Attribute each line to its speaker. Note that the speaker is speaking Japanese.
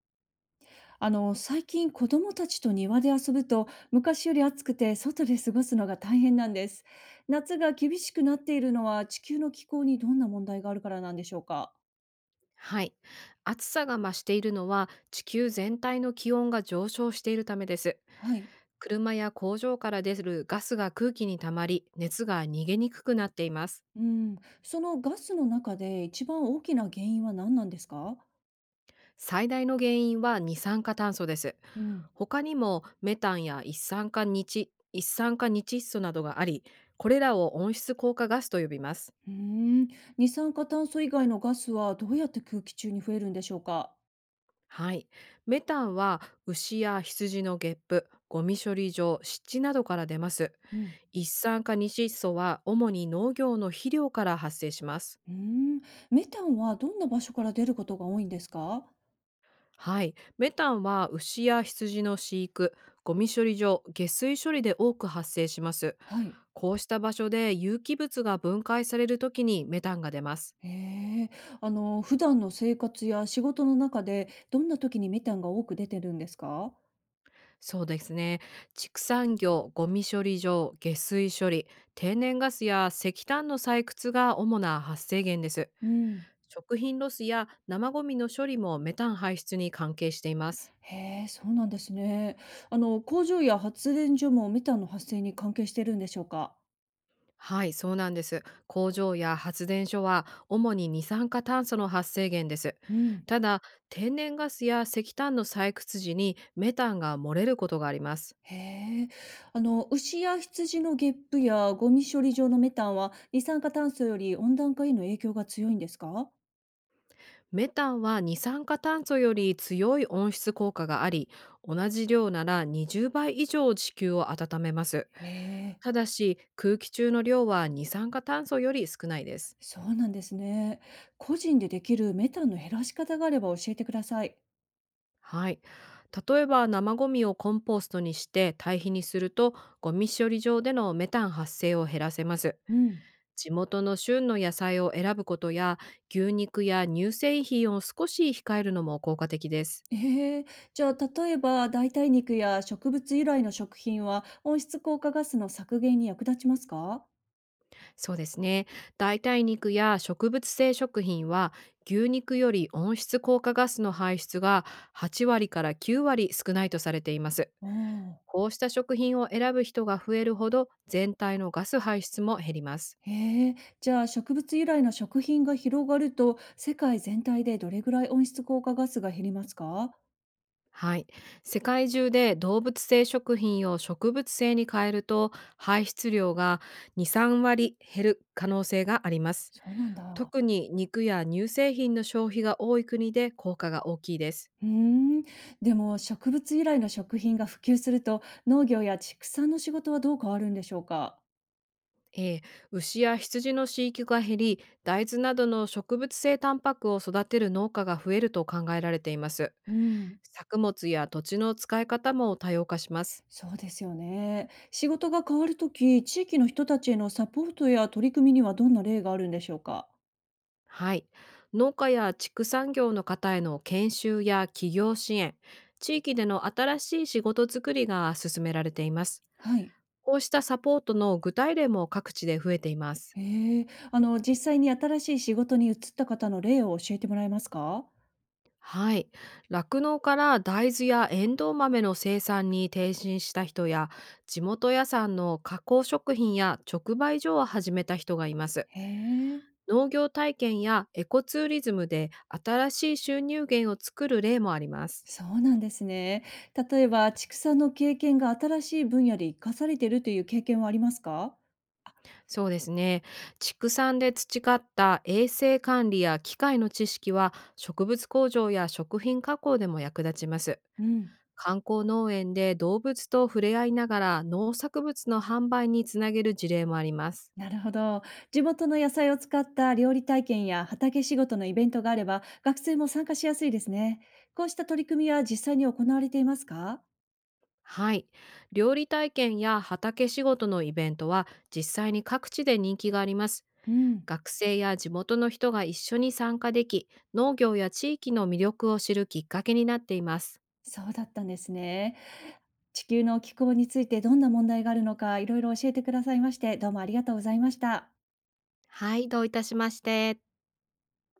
Speaker 1: 最近子供たちと庭で遊ぶと昔より暑くて外で過ごすのが大変なんです。夏が厳しくなっているのは地球の気候にどんな問題があるからなんでしょうか。
Speaker 2: はい。暑さが増しているのは地球全体の気温が上昇しているためです。
Speaker 1: はい。
Speaker 2: 車や工場から出るガスが空気に溜まり、熱が逃げにくくなっています。
Speaker 1: うん。そのガスの中で一番大きな原因は何なんですか？
Speaker 2: 最大の原因は二酸化炭素です。
Speaker 1: うん。
Speaker 2: 他にもメタンや一酸化窒素などがあり、これらを温室効果ガスと呼びます。
Speaker 1: うーん。二酸化炭素以外のガスはどうやって空気中に増えるんでしょうか。
Speaker 2: はい。メタンは牛や羊のゲップ、ゴミ処理場、湿地などから出ます。
Speaker 1: うん。
Speaker 2: 一酸化二窒素は主に農業の肥料から発生します。
Speaker 1: うーん。メタンはどんな場所から出ることが多いんですか？
Speaker 2: はい。メタンは牛や羊の飼育、ゴミ処理場、下水処理で多く発生します。
Speaker 1: はい。
Speaker 2: こうした場所で有機物が分解されるときにメタンが出ます。
Speaker 1: へえ、普段の生活や仕事の中で、どんな時にメタンが多く出てるんですか？
Speaker 2: そうですね。畜産業、ゴミ処理場、下水処理、天然ガスや石炭の採掘が主な発生源です。
Speaker 1: うん。
Speaker 2: 食品ロスや生ゴミの処理もメタン排出に関係しています。
Speaker 1: へえ、そうなんですね。工場や発電所もメタンの発生に関係してるんでしょうか？
Speaker 2: はい、そうなんです。工場や発電所は主に二酸化炭素の発生源です。
Speaker 1: うん。
Speaker 2: ただ、天然ガスや石炭の採掘時にメタンが漏れることがあります。
Speaker 1: へえ。牛や羊のゲップやゴミ処理場のメタンは、二酸化炭素より温暖化への影響が強いんですか？
Speaker 2: メタンは二酸化炭素より強い温室効果があり、同じ量なら20倍以上地球を温めます。
Speaker 1: へえ、
Speaker 2: ただし空気中の量は二酸化炭素より少ないです。
Speaker 1: そうなんですね。個人でできるメタンの減らし方があれば教えてください。
Speaker 2: はい、例えば生ゴミをコンポストにして堆肥にすると、ゴミ処理場でのメタン発生を減らせます。
Speaker 1: うん。
Speaker 2: 地元の旬の野菜を選ぶことや、牛肉や乳製品を少し控えるのも効果的です。
Speaker 1: ええ、じゃあ例えば代替肉や植物由来の食品は温室効果ガスの削減に役立ちますか？
Speaker 2: そうですね。代替肉や植物性食品は牛肉より温室効果ガスの排出が8割から9割少ないとされています。
Speaker 1: おおー。
Speaker 2: こうした食品を選ぶ人が増えるほど全体のガス排出も減ります。
Speaker 1: へえ、じゃあ植物由来の食品が広がると世界全体でどれぐらい温室効果ガスが減りますか？
Speaker 2: はい。世界中で動物性食品を植物性に変えると排出量が2、3割減る可能性があります。
Speaker 1: そうなんだ。
Speaker 2: 特に肉や乳製品の消費が多い国で効果が大きいです。
Speaker 1: うーん、でも植物由来の食品が普及すると農業や畜産の仕事はどう変わるんでしょうか？
Speaker 2: ええ、牛や羊の飼育が減り大豆などの植物性タンパクを育てる農家が増えると考えられています。
Speaker 1: うん。
Speaker 2: 作物や土地の使い方も多様化します。
Speaker 1: そうですよね。仕事が変わるとき、地域の人たちへのサポートや取り組みにはどんな例があるんでしょうか？
Speaker 2: はい、農家や畜産業の方への研修や企業支援、地域での新しい仕事作りが進められています。
Speaker 1: はい。
Speaker 2: こうしたサポートの具体例も各地で増えています。
Speaker 1: へえ。実際に新しい仕事に移った方の例を教えてもらえますか？
Speaker 2: はい。酪農から大豆やエンドウ豆の生産に転身した人や、地元屋さんの加工食品や直売所を始めた人がいます。
Speaker 1: へえ。
Speaker 2: 農業体験やエコツーリズムで新しい収入源を作る例もあります。
Speaker 1: そうなんですね。例えば、畜産の経験が新しい分野で生かされているという経験はありますか？
Speaker 2: そうですね。畜産で培った衛生管理や機械の知識は、植物工場や食品加工でも役立ちます。
Speaker 1: うん。
Speaker 2: 観光農園で動物と触れ合いながら農作物の販売につなげる事例もあります。
Speaker 1: なるほど。地元の野菜を使った料理体験や畑仕事のイベントがあれば、学生も参加しやすいですね。こうした取り組みは実際に行われていますか？
Speaker 2: はい。料理体験や畑仕事のイベントは実際に各地で人気があります。
Speaker 1: うん、
Speaker 2: 学生や地元の人が一緒に参加でき、農業や地域の魅力を知るきっかけになっています。
Speaker 1: そうだったんですね。地球の気候についてどんな問題があるのか、いろいろ教えてくださいまして、どうもありがとうございました。
Speaker 2: はい、どういたしまして。